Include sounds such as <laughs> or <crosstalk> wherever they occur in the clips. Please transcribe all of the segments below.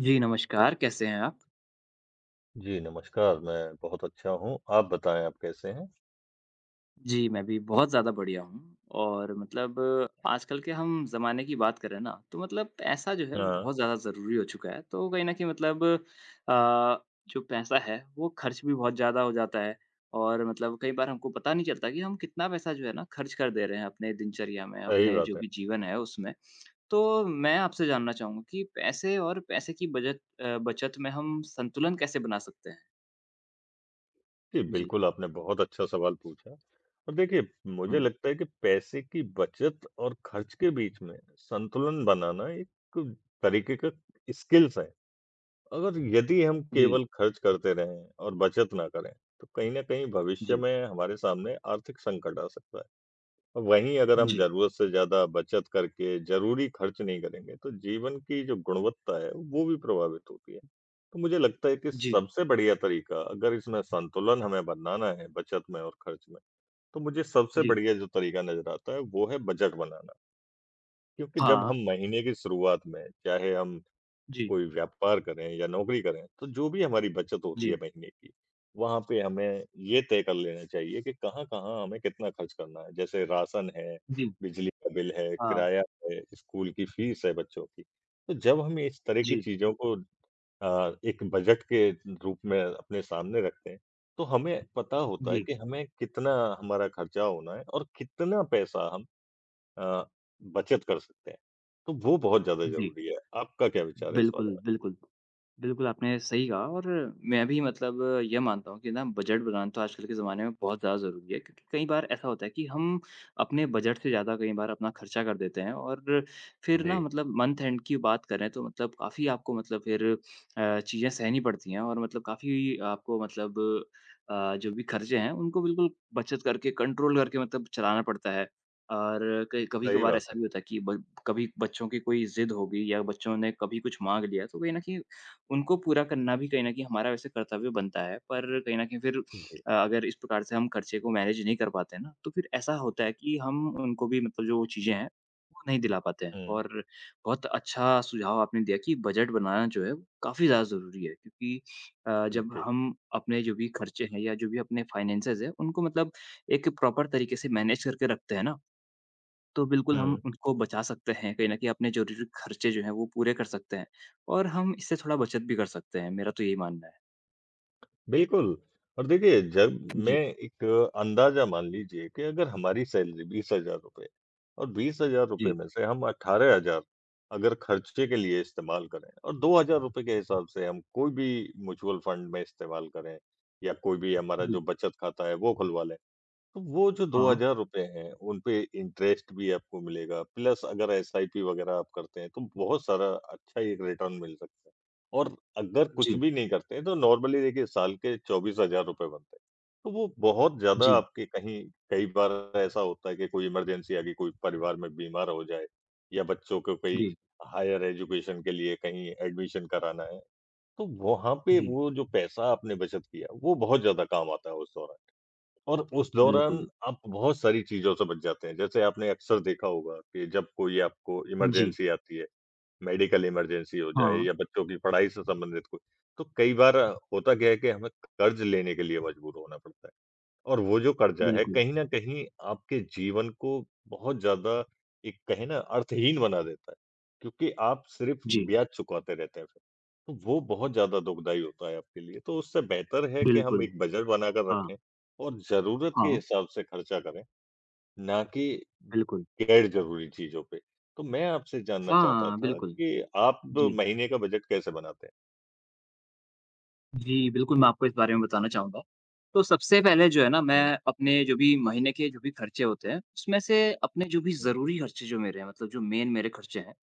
जी, नमस्कार, कैसे हैं आप? जी, नमस्कार, मैं बहुत अच्छा हूँ। आप बताएँ आप कैसे हैं? जी, मैं भी बहुत ज़्यादा बढ़िया हूँ और मतलब आजकल के हम ज़माने की बात करें ना, तो मतलब पैसा जो है हाँ, बहुत ज़्यादा ज़रूरी हो चुका है। तो कहीं न कहीं मतलब जो पैसा है वो खर्च भी बहुत ज़्यादा हो जाता है और मतलब कई बार हमको पता नहीं चलता कि हम कितना पैसा जो है ना खर्च कर दे रहे हैं अपने दिनचर्या में, सही अपने बात जो है। भी जीवन है उसमें। तो मैं आपसे जानना चाहूँगा कि पैसे और पैसे की बजट बचत में हम संतुलन कैसे बना सकते हैं? जी, जी। बिल्कुल आपने बहुत अच्छा सवाल पूछा और देखिए मुझे हुँ। लगता है कि पैसे की बचत और खर्च के बीच में संतुलन बनाना एक तरीके का स्किल्स है। अगर यदि हम जी, केवल खर्च करते रहें और बचत ना करें, तो कहीं न कहीं भविष्य जी, में हमारे सामने आर्थिक संकट आ सकता है। वहीं अगर हम जी। ज़रूरत से ज़्यादा बचत करके ज़रूरी खर्च नहीं करेंगे, तो जीवन की जो गुणवत्ता है, वो भी प्रभावित होती है। तो मुझे लगता है कि जी, सबसे बढ़िया तरीका अगर इसमें संतुलन हमें बनाना है बचत में और खर्च में, तो मुझे सबसे जी, बढ़िया जो तरीका नज़र आता है, वो है बजट बनाना। क्योंकि जब हाँ, हम महीने की शुरुआत में, चाहे हम जी, कोई व्यापार करें या नौकरी करें, तो जो भी हमारी बचत होती है जी, महीने की, वहाँ पे हमें ये तय कर लेना चाहिए कि कहाँ-कहाँ हमें कितना खर्च करना है। जैसे राशन है, जी, बिजली का बिल है, हाँ, किराया है, स्कूल की फीस है बच्चों की। तो जब हम इस तरह की जी, चीज़ों को एक बजट के रूप में अपने सामने रखते हैं, तो हमें पता होता है जी, कि हमें कितना हमारा खर्चा होना है और कितना पैसा हम अ, बचत कर सकते हैं। तो वो बहुत ज़्यादा जी, ज़रूरी है। आपका क्या विचार है इस बारे बिल्कुल, में? बिल्कुल। बिल्कुल, आपने सही कहा और मैं भी मतलब यह मानता हूँ कि ना बजट बनाना तो आजकल के ज़माने में बहुत ज़्यादा ज़रूरी है क्योंकि कई बार ऐसा होता है कि हम अपने बजट से ज़्यादा कई बार अपना खर्चा कर देते हैं और फिर ना जी। मतलब मंथ एंड की बात करें तो मतलब काफ़ी आपको मतलब फिर चीज़ें सहनी पड़ती हैं और मतलब काफ़ी आपको मतलब जो भी खर्चे हैं उनको बिल्कुल बचत करके, कंट्रोल करके मतलब चलाना पड़ता है। और कई सही कभी-कभार बात ऐसा है। भी होता है कि ब कभी बच्चों की कोई ज़िद हो गई या बच्चों ने कभी कुछ माँग लिया, तो कहीं न कहीं उनको पूरा करना भी कहीं न कहीं हमारा वैसे कर्तव्य बनता है। पर कहीं न कहीं फिर जी। अगर इस प्रकार से हम खर्चे को मैनेज नहीं कर पाते हैं ना, तो फिर ऐसा होता है कि हम उनको भी मतलब जो चीज़ें हैं, वो नहीं दिला पाते हैं। हुँ। और बहुत अच्छा सुझाव आपने दिया कि बजट बनाना जो है, वो काफ़ी ज़्यादा ज़रूरी है क्योंकि जब जी। हम अपने जो भी खर्चे हैं या जो भी अपने फाइनेंसेस हैं, उनको मतलब एक प्रॉपर तरीके से मैनेज करके रखते हैं ना, तो बिल्कुल हम हुँ। उनको बचा सकते हैं, कहीं न कहीं अपने ज़रूरी खर्चे जो हैं वो पूरे कर सकते हैं और हम इससे थोड़ा बचत भी कर सकते हैं, मेरा तो यही मानना है। बिल्कुल, और देखिए जब मैं जी, एक अंदाज़ा मान लीजिए कि अगर हमारी सैलरी ₹20,000 और ₹20,000 जी, में से हम 18,000 अगर खर्चे के लिए इस्तेमाल करें और ₹2,000 के हिसाब से हम कोई भी म्यूचुअल फंड में इस्तेमाल करें या कोई भी हमारा जो जी। बचत खाता है वो खुलवा लें। तो वो जो हाँ, ₹2,000 हैं, उनपे इंटरेस्ट भी आपको मिलेगा, प्लस अगर एसआईपी वगैरह आप करते हैं, तो बहुत सारा अच्छा एक रिटर्न मिल सकता है। और अगर कुछ जी, भी नहीं करते हैं, तो नॉर्मली देखिए साल के ₹24,000 बनते हैं। तो वो बहुत ज़्यादा जी, आपके कहीं कई बार ऐसा होता है कि कोई इमरजेंसी आ गई, कोई परिवार में बीमार हो जाए या बच्चों को कोई जी, हायर एजुकेशन के लिए कहीं एडमिशन कराना है, तो वहाँ पे जी, वो जो पैसा आपने बचत किया, वो बहुत ज़्यादा काम आता है उस दौरान। और उस दौरान बिल्कुल। आप बहुत सारी चीज़ों से बच जाते हैं। जैसे आपने अक्सर देखा होगा कि जब कोई आपको जी, इमरजेंसी आती है, मेडिकल इमरजेंसी हो जाए हाँ, या बच्चों की पढ़ाई से संबंधित कोई, तो कई बार होता क्या है कि हमें कर्ज़ लेने के लिए मजबूर होना पड़ता है। और वो जो कर्जा है बिल्कुल। कहीं न कहीं आपके जीवन को बहुत ज़्यादा एक कहें ना अर्थहीन बना देता है, क्योंकि आप सिर्फ़ जी, ब्याज चुकाते रहते हैं फिर। तो वो बहुत ज़्यादा दुखदाई होता है आपके लिए, तो उससे बेहतर है कि हम बिल्कुल। एक बजट बनाकर हाँ, रखें और ज़रूरत के हाँ, हिसाब से खर्चा करें, ना कि बिल्कुल। गैर ज़रूरी चीज़ों पे। तो मैं आपसे जानना चाहता हाँ, था बिल्कुल। कि आप जी। महीने का बजट कैसे बनाते हैं? जी, बिल्कुल, मैं आपको इस बारे में बताना चाहूँगा। तो सबसे पहले जो है ना हुँ, मैं अपने जो भी महीने के जो भी खर्चे होते हैं, उसमें से अपने जो भी हुँ, ज़रूरी खर्चे जो मेरे हैं मतलब जो मेन मेरे खर्चे हैं,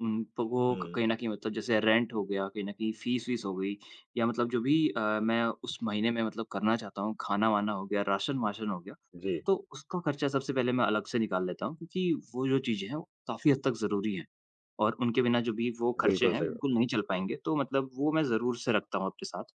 तो वो क हुँ। कहीं न कहीं मतलब जैसे रेंट हो गया, कहीं न कहीं फीस-वीस हो गई या मतलब जो भी मैं उस महीने में मतलब करना चाहता हूँ, खाना-वाना हो गया, राशन-वाशन हो गया, जी, तो उसका खर्चा सबसे पहले मैं अलग से निकाल लेता हूँ क्योंकि वो जो चीज़ें हैं, वो काफ़ी हद तक ज़रूरी हैं और उनके बिना जो भी वो खर्चे बिल्कुल हैं, सही बात। बिल्कुल नहीं चल पाएँगे। तो मतलब वो मैं ज़रूर से रखता हूँ अपने साथ।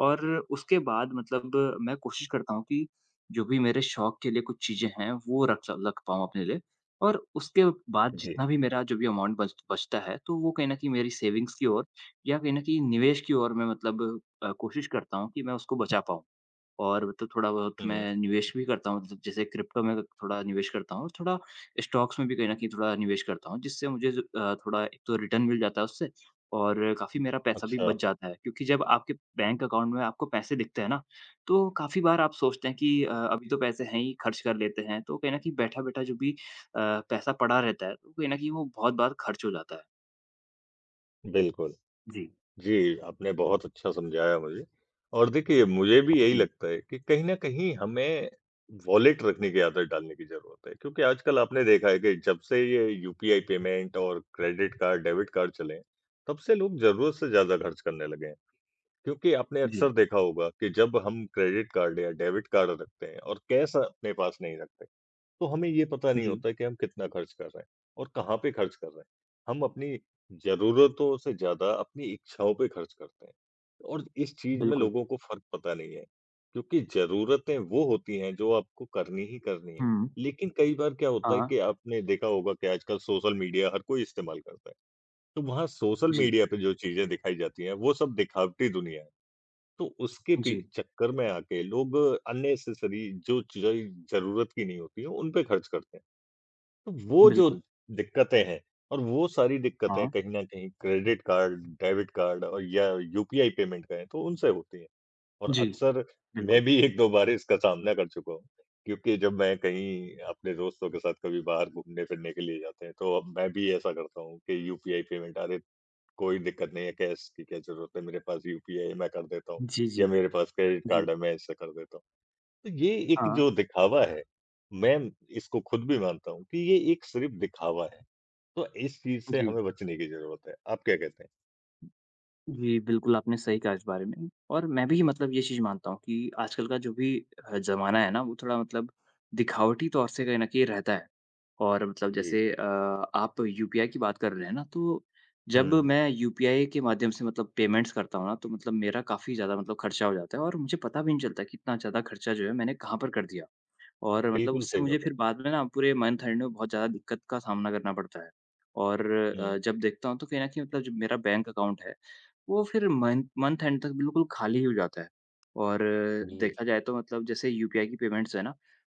और उसके बाद मतलब मैं कोशिश करता हूँ कि जो भी मेरे शौक के लिए कुछ चीज़ें हैं, वो रख पाऊँ अपने लिए और उसके बाद जी। जितना भी मेरा जो भी अमाउंट बच बचता है, तो वो कहीं न कहीं मेरी सेविंग्स की ओर या कहीं न कहीं निवेश की ओर मैं मतलब कोशिश करता हूँ कि मैं उसको बचा पाऊँ। और मतलब थोड़ा-बहुत हुँ, मैं निवेश भी करता हूँ, मतलब जैसे क्रिप्टो में थोड़ा निवेश करता हूँ, और थोड़ा स्टॉक्स में भी कहीं न कहीं थोड़ा निवेश करता हूँ, जिससे मुझे थोड़ा एक तो रिटर्न मिल जाता है उससे और काफ़ी मेरा पैसा भी अच्छा, बच जाता है। क्योंकि जब आपके बैंक अकाउंट में आपको पैसे दिखते हैं ना, तो काफ़ी बार आप सोचते हैं कि अभी तो पैसे हैं ही, खर्च कर लेते हैं, तो कहीं न कहीं बैठा-बैठा जो भी पैसा पड़ा रहता है, तो कहीं न कहीं वो बहुत बार खर्च हो जाता है। बिल्कुल। जी, जी, आपने बहुत अच्छा समझाया मुझे। और देखिए, मुझे भी यही जी, लगता है कि कहीं न कहीं हमें वॉलेट रखने की आदत डालने की ज़रूरत है, क्योंकि आजकल आपने देखा है कि जब से ये यूपीआई पेमेंट और क्रेडिट कार्ड, डेबिट कार्ड चले हैं, तब से लोग ज़रूरत से ज़्यादा खर्च करने लगे हैं। क्योंकि आपने जी, अक्सर देखा होगा कि जब हम क्रेडिट कार्ड या डेबिट कार्ड रखते हैं और कैश अपने पास नहीं रखते, तो हमें ये पता नहीं जी, होता कि हम कितना खर्च कर रहे हैं और कहाँ पे खर्च कर रहे हैं। हम अपनी ज़रूरतों से ज़्यादा अपनी इच्छाओं पे खर्च करते हैं और इस चीज़ में बिल्कुल। लोगों को फ़र्क पता नहीं है, क्योंकि ज़रूरतें वो होती हैं जो आपको करनी ही करनी है। हुँ, लेकिन कई बार क्या होता है हाँ, कि आपने देखा होगा कि आजकल सोशल मीडिया हर कोई इस्तेमाल करता है, तो वहाँ सोशल जी, मीडिया पे जो चीज़ें दिखाई जाती हैं, वो सब दिखावटी दुनिया है। तो उसके पी जी, चक्कर में आके लोग अननेसेसरी जो चीज़ें ज़रूरत की नहीं होती हैं, उन पे खर्च करते हैं। तो वो जो बिल्कुल। दिक्कतें हैं और वो सारी दिक्कतें हाँ, कहीं न कहीं क्रेडिट कार्ड, डेबिट कार्ड और या यूपीआई पेमेंट कहें तो उनसे होती हैं। और जी। अक्सर मैं बिल्कुल। भी 1-2 बार इसका सामना कर चुका हूँ, क्योंकि जब मैं कहीं अपने दोस्तों के साथ कभी बाहर घूमने-फिरने के लिए जाते हैं, तो अब मैं भी ऐसा करता हूँ कि यूपीआई पेमेंट अरे! कोई दिक्कत नहीं है, कैश की क्या ज़रूरत है, मेरे पास यूपीआई है मैं कर देता हूँ जी, या जी, मेरे पास क्रेडिट जी। कार्ड है मैं इससे कर देता हूँ। तो ये एक हाँ, जो दिखावा है, मैं इसको खुद भी मानता हूँ कि ये एक सिर्फ़ दिखावा है। तो इस चीज़ से जी। हमें बचने की ज़रूरत है। आप क्या कहते हैं? जी, बिल्कुल आपने सही कहा इस बारे में और मैं भी मतलब ये चीज़ मानता हूँ कि आजकल का जो भी ज़माना है ना वो थोड़ा मतलब दिखावटी तौर से कहीं न कहीं रहता है। और मतलब जी। जैसे आप यूपीआई की बात कर रहे हैं ना तो जब हुँ। मैं यूपीआई के माध्यम से मतलब पेमेंट्स करता हूँ ना तो मतलब मेरा काफ़ी ज़्यादा मतलब खर्चा हो जाता है और मुझे पता भी नहीं चलता कि इतना ज़्यादा खर्चा जो है मैंने कहाँ पर कर दिया। और मतलब बिल्कुल उससे सही मुझे बात है। फिर बाद में ना पूरे मंथ एंड में बहुत ज़्यादा दिक्कत का सामना करना पड़ता है। और हुँ, जब देखता हूँ तो कहीं न कहीं मतलब जो मेरा बैंक अकाउंट है, वो फिर मंथ मंथ एंड तक बिल्कुल खाली ही हो जाता है। और जी। देखा जाए तो मतलब जैसे यूपीआई की पेमेंट्स है ना,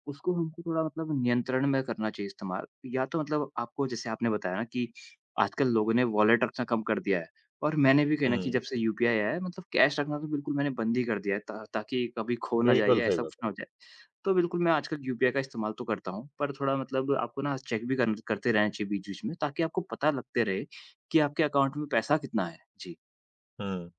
उसको हमको थोड़ा मतलब नियंत्रण में करना चाहिए इस्तेमाल। या तो मतलब आपको जैसे आपने बताया ना कि आजकल लोगों ने वॉलेट रखना कम कर दिया है और मैंने भी कहीं न कहीं हुँ। जब से यूपीआई आया है मतलब कैश रखना तो बिल्कुल मैंने बंद ही कर दिया है ता ताकि कभी खो ना जाए बिल्कुल या सही ऐसा बात कुछ है। ना हो जाए। तो बिल्कुल, मैं आजकल यूपीआई का इस्तेमाल तो करता हूँ, पर थोड़ा मतलब आपको ना चेक भी करन करते रहना चाहिए बीच-बीच में, ताकि आपको पता लगते रहे कि आपके अकाउंट में पैसा कितना है। जी। हुँ,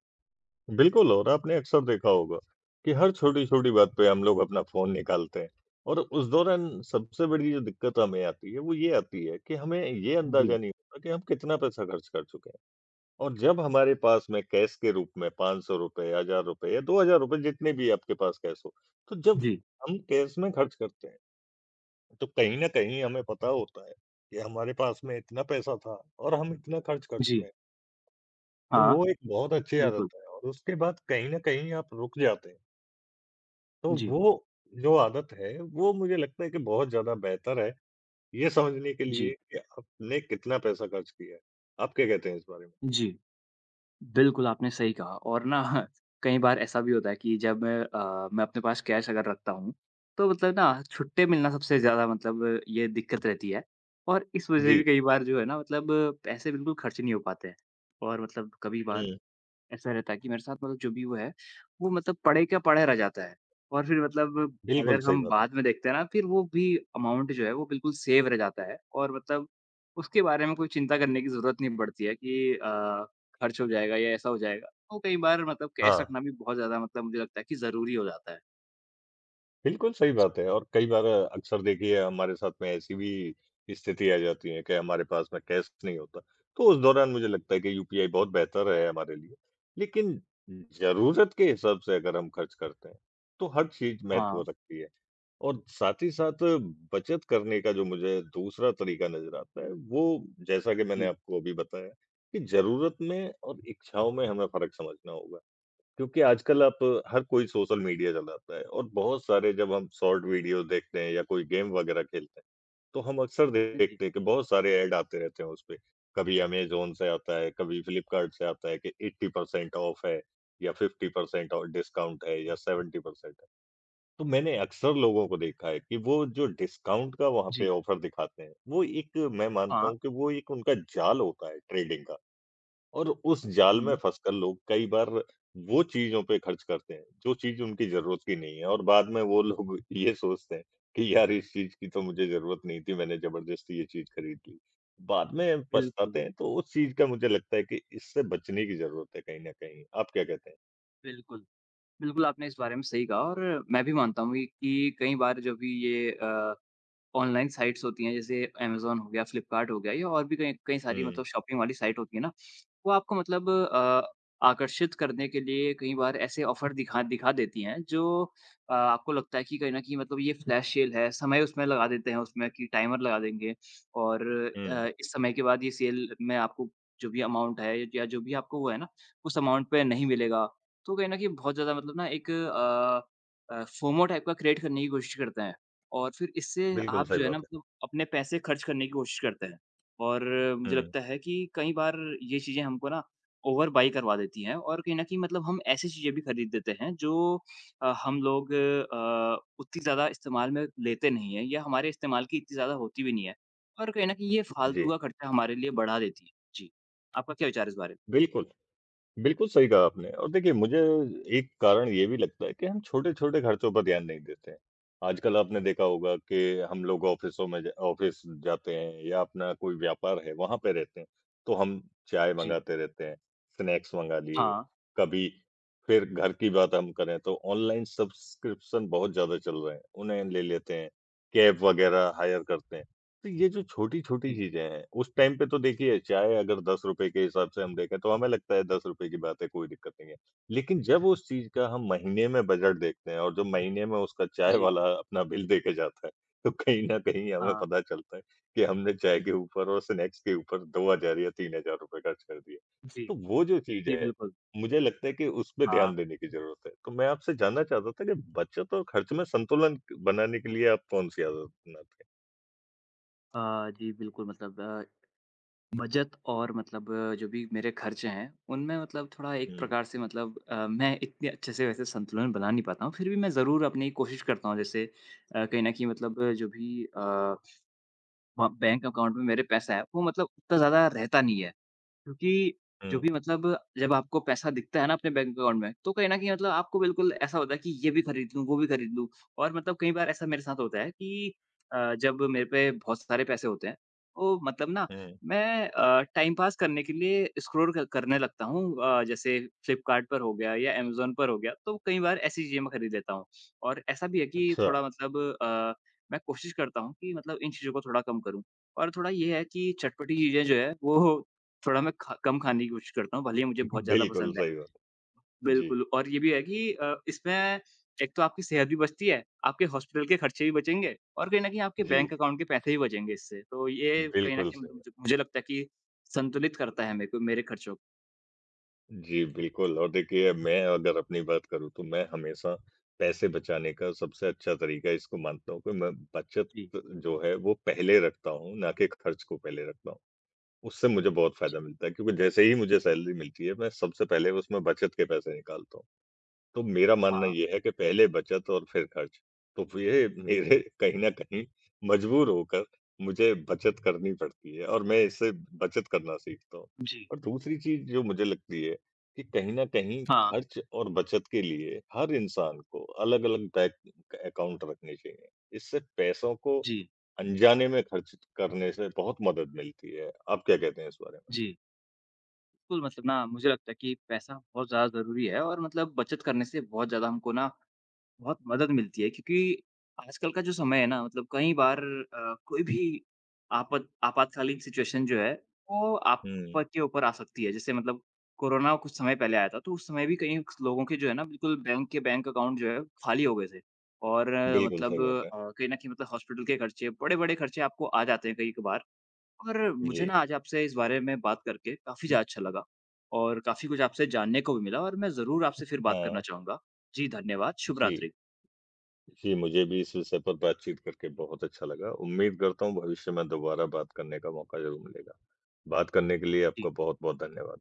बिल्कुल और आपने अक्सर देखा होगा कि हर छोटी-छोटी बात पे हम लोग अपना फ़ोन निकालते हैं और उस दौरान सबसे बड़ी जो दिक्कत हमें आती है, वो ये आती है कि हमें ये जी, अंदाज़ा नहीं होता कि हम कितना पैसा खर्च कर चुके हैं। और जब हमारे पास में कैश के रूप में ₹500 ₹1,000 या ₹2,000 जितने भी आपके पास कैश हो, तो जब जी, हम कैश में खर्च करते हैं, तो कहीं न कहीं हमें पता होता है कि हमारे पास में इतना पैसा था और हम इतना खर्च कर चुके जी। हैं। तो हाँ, वो एक बहुत अच्छी बिल्कुल। आदत है और उसके बाद कहीं न कहीं आप रुक जाते हैं। तो जी, वो जो आदत है, वो मुझे लगता है कि बहुत ज़्यादा बेहतर है, ये समझने के लिए जी, कि आपने कितना पैसा खर्च किया है। आप क्या कहते हैं इस बारे में? जी। बिल्कुल, आपने सही कहा और ना <laughs> कई बार ऐसा भी होता है कि जब मैं अपने पास कैश अगर रखता हूँ, तो मतलब ना छुट्टे मिलना सबसे ज़्यादा मतलब ये दिक्कत रहती है और इस वजह से जी। भी कई बार जो है ना मतलब पैसे बिल्कुल खर्च नहीं हो पाते हैं और मतलब कभी बार हुँ, ऐसा रहता है कि मेरे साथ मतलब जो भी वो है, वो मतलब पड़े का पड़ा रह जाता है। और फिर मतलब बिल्कुल अगर सही हम बात है। बाद में देखते हैं ना, फिर वो भी अमाउंट जो है वो बिल्कुल सेव रह जाता है और मतलब उसके बारे में कोई चिंता करने की ज़रूरत नहीं पड़ती है कि खर्च हो जाएगा या ऐसा हो जाएगा। तो कई बार मतलब कैश हाँ। रखना भी बहुत ज़्यादा मतलब मुझे लगता है कि ज़रूरी हो जाता है। बिल्कुल, सही बात है और कई बार अक्सर देखिए हमारे साथ में ऐसी भी स्थिति आ जाती है कि हमारे पास में कैश नहीं होता। तो उस दौरान मुझे लगता है कि यूपीआई बहुत बेहतर है हमारे लिए। लेकिन ज़रूरत के हिसाब से अगर हम खर्च करते हैं, तो हर चीज़ महत्व हाँ। रखती है और साथ ही साथ बचत करने का जो मुझे दूसरा तरीका नज़र आता है, वो जैसा कि मैंने जी। आपको अभी बताया कि ज़रूरत में और इच्छाओं में हमें फ़र्क समझना होगा। क्योंकि आजकल आप हर कोई सोशल मीडिया चलाता है और बहुत सारे जब हम शॉर्ट वीडियो देखते हैं या कोई गेम वगैरह खेलते हैं तो हम अक्सर हाँ जी, देखते हैं कि बहुत सारे ऐड आते रहते हैं उस पे कभी अमेजोन से आता है कभी फ्लिपकार्ट से आता है कि एट्टी परसेंट ऑफ है या फिफ्टी परसेंट और डिस्काउंट है या सेवेंटी परसेंट है तो मैंने अक्सर लोगों को देखा है कि वो जो डिस्काउंट का वहां पे जी। ऑफर दिखाते हैं वो एक मैं मानता हाँ। हूँ कि वो एक उनका जाल होता है ट्रेडिंग का और उस जाल में हुँ, फँसकर लोग कई बार वो चीज़ों पे खर्च करते हैं, जो चीज़ उनकी ज़रूरत की नहीं है और बाद में वो लोग <laughs> ये सोचते हैं कि यार इस चीज़ की तो मुझे ज़रूरत नहीं थी, मैंने ज़बरदस्ती ये चीज़ खरीद ली। बाद में बिल्कुल, पछताते हैं, तो उस चीज़ का मुझे लगता है कि इससे बचने की ज़रूरत है कहीं न कहीं। आप क्या कहते हैं? बिल्कुल। बिल्कुल, आपने इस बारे में सही कहा और मैं भी मानता हूँ कि कई बार जो भी ये ऑनलाइन साइट्स होती हैं जैसे अमेज़न हो गया, फ्लिपकार्ट हो गया या और भी कई कई सारी हुँ, मतलब शॉपिंग वाली साइट होती है ना, वो आपको मतलब आकर्षित करने के लिए कई बार ऐसे ऑफ़र दिखा दिखा देती हैं जो आपको लगता है कि कहीं न कहीं मतलब ये फ्लैश सेल है, समय उसमें लगा देते हैं उसमें कि टाइमर लगा देंगे और हुँ, इस समय के बाद ये सेल में आपको जो भी अमाउंट है या जो भी आपको वो है ना, उस अमाउंट पे नहीं मिलेगा। तो कहीं न कहीं बहुत ज़्यादा मतलब ना एक फोमो टाइप का क्रिएट करने की कोशिश करते हैं। और फिर इससे बिल्कुल आप सही जो है ना बात है। मतलब अपने पैसे खर्च करने की कोशिश करते हैं। और मुझे हुँ, लगता है कि कई बार ये चीज़ें हमको ना ओवर बाय करवा देती हैं और कहीं न कहीं मतलब हम ऐसी चीज़ें भी खरीद देते हैं जो हम लोग उतनी ज़्यादा इस्तेमाल में लेते नहीं हैं या हमारे इस्तेमाल की इतनी ज़्यादा होती भी नहीं है। और कहीं न कहीं ये फालतू जी, का खर्चा हमारे लिए बढ़ा देती है। जी, आपका क्या विचार है इस बारे में? बिल्कुल। बिल्कुल सही कहा आपने और देखिए मुझे एक कारण ये भी लगता है कि हम छोटे-छोटे खर्चों पर ध्यान नहीं देते हैं। आजकल आपने देखा होगा कि हम लोग ऑफ़िसों में ज ऑफ़िस जाते हैं या अपना कोई व्यापार है वहाँ पे रहते हैं, तो हम चाय जी, मँगाते रहते हैं, स्नैक्स मँगा लिए, हाँ, कभी फिर घर की बात हम करें तो ऑनलाइन सब्सक्रिप्शन बहुत ज़्यादा चल रहे हैं, उन्हें ले लेते हैं, कैब वग़ैरह हायर करते हैं। तो ये जो छोटी-छोटी जी, चीज़ें हैं, उस टाइम पे तो देखिए चाहे अगर ₹10 के हिसाब से हम देखें तो हमें लगता है ₹10 की बात है, कोई दिक्कत नहीं है। लेकिन जब उस चीज़ का हम महीने में बजट देखते हैं और जब महीने में उसका चाय जी, वाला अपना बिल देके जाता है, तो कहीं न कहीं हमें हाँ, पता चलता है कि हमने चाय के ऊपर और स्नैक्स के ऊपर 2,000 या ₹3,000 खर्च कर दिए। जी, तो वो जो चीज़ जी है, बिल्कुल। मुझे लगता है कि उसपे हाँ, ध्यान देने की ज़रूरत है। तो मैं आपसे जानना चाहता था कि बचत और खर्च में संतुलन बनाने के लिए आप कौन-सी आदत अपनाते हैं? जी बिल्कुल मतलब बचत और मतलब जो भी मेरे खर्चे हैं, उनमें मतलब थोड़ा एक हुँ, प्रकार से मतलब मैं इतने अच्छे से वैसे संतुलन बना नहीं पाता हूँ, फिर भी मैं ज़रूर अपनी कोशिश करता हूँ जैसे कहीं न कहीं मतलब जो भी अ, ब बैंक अकाउंट में मेरे पैसा है, वो मतलब इतना ज़्यादा रहता नहीं है। क्योंकि हुँ। जो भी मतलब जब आपको पैसा दिखता है ना अपने बैंक अकाउंट में, तो कहीं न कहीं मतलब आपको बिल्कुल ऐसा होता है कि ये भी खरीद लूँ, वो भी खरीद लूँ और मतलब कई बार ऐसा मेरे साथ होता है कि जब मेरे पे बहुत सारे पैसे होते हैं, तो मतलब ना हुँ, मैं टाइम पास करने के लिए स्क्रॉल क करने लगता हूँ जैसे फ्लिपकार्ट पर हो गया या अमेज़न पर हो गया, तो कई बार ऐसी चीज़ें मैं खरीद लेता हूँ। और ऐसा भी है कि अच्छा। थोड़ा मतलब मैं कोशिश करता हूँ कि मतलब इन चीज़ों को थोड़ा कम करूँ और थोड़ा ये है कि चटपटी चीज़ें जो है, वो थोड़ा मैं खा कम खाने की कोशिश करता हूँ, भले ही मुझे <laughs> बहुत ज़्यादा बिल्कुल पसंद है। सही बात है। जी, बिल्कुल, और ये भी है कि इसमें एक तो आपकी सेहत भी बचती है, आपके हॉस्पिटल के खर्चे भी बचेंगे और कहीं न कहीं आपके जी, बैंक अकाउंट के पैसे भी बचेंगे इससे। तो ये कहीं न बिल्कुल कहीं सही मतलब है। मुझे मुझे लगता है कि संतुलित करता है मेरे को मेरे खर्चों को। जी, बिल्कुल और देखिए मैं अगर अपनी बात करूँ तो मैं हमेशा पैसे बचाने का सबसे अच्छा तरीका इसको मानता हूँ कि मैं बचत जी, जो है वो पहले रखता हूँ, ना कि खर्च को पहले रखता हूँ। उससे मुझे बहुत फ़ायदा जी। मिलता है क्योंकि जैसे ही मुझे सैलरी मिलती है मैं सबसे पहले उसमें बचत के पैसे निकालता हूँ। तो मेरा मानना हाँ। ये है कि पहले बचत और फिर खर्च। तो फ़िर ये मेरे <laughs> कहीं न कहीं मजबूर होकर मुझे बचत करनी पड़ती है और मैं इससे बचत करना सीखता हूँ। जी। और दूसरी चीज़ जो मुझे लगती है कि कहीं न कहीं हाँ। खर्च और बचत के लिए हर इंसान को अलग-अलग बैंक अकाउंट रखने चाहिए। इससे पैसों को जी, अनजाने में खर्च करने से बहुत मदद मिलती है। आप क्या कहते हैं इस बारे में? जी। बिल्कुल, मतलब ना मुझे लगता है कि पैसा बहुत ज़्यादा ज़रूरी है और मतलब बचत करने से बहुत ज़्यादा हमको ना बहुत मदद मिलती है क्योंकि आजकल का जो समय है ना मतलब कई बार कोई भी आपत आपातकालीन सिचुएशन जो है, वो आप हुँ, पर के ऊपर आ सकती है। जैसे मतलब कोरोना कुछ समय पहले आया था, तो उस समय भी कई लोगों के जो है ना बिल्कुल बैंक अकाउंट जो है खाली हो गए थे और बिल्कुल मतलब सही बात है। कहीं न कहीं मतलब हॉस्पिटल के खर्चे, बड़े-बड़े खर्चे आपको आ जाते हैं कई-कभार और मुझे जी, ना आज आपसे इस बारे में बात करके काफ़ी ज़्यादा अच्छा लगा और काफ़ी कुछ आपसे जानने को भी मिला और मैं ज़रूर आपसे फिर बात करना हाँ, चाहूँगा। जी, धन्यवाद। शुभ जी। रात्रि। जी, मुझे भी इस विषय पर बातचीत करके बहुत अच्छा लगा। उम्मीद करता हूँ भविष्य में दोबारा बात करने का मौका ज़रूर मिलेगा। बात करने के लिए आपका बहुत-बहुत धन्यवाद।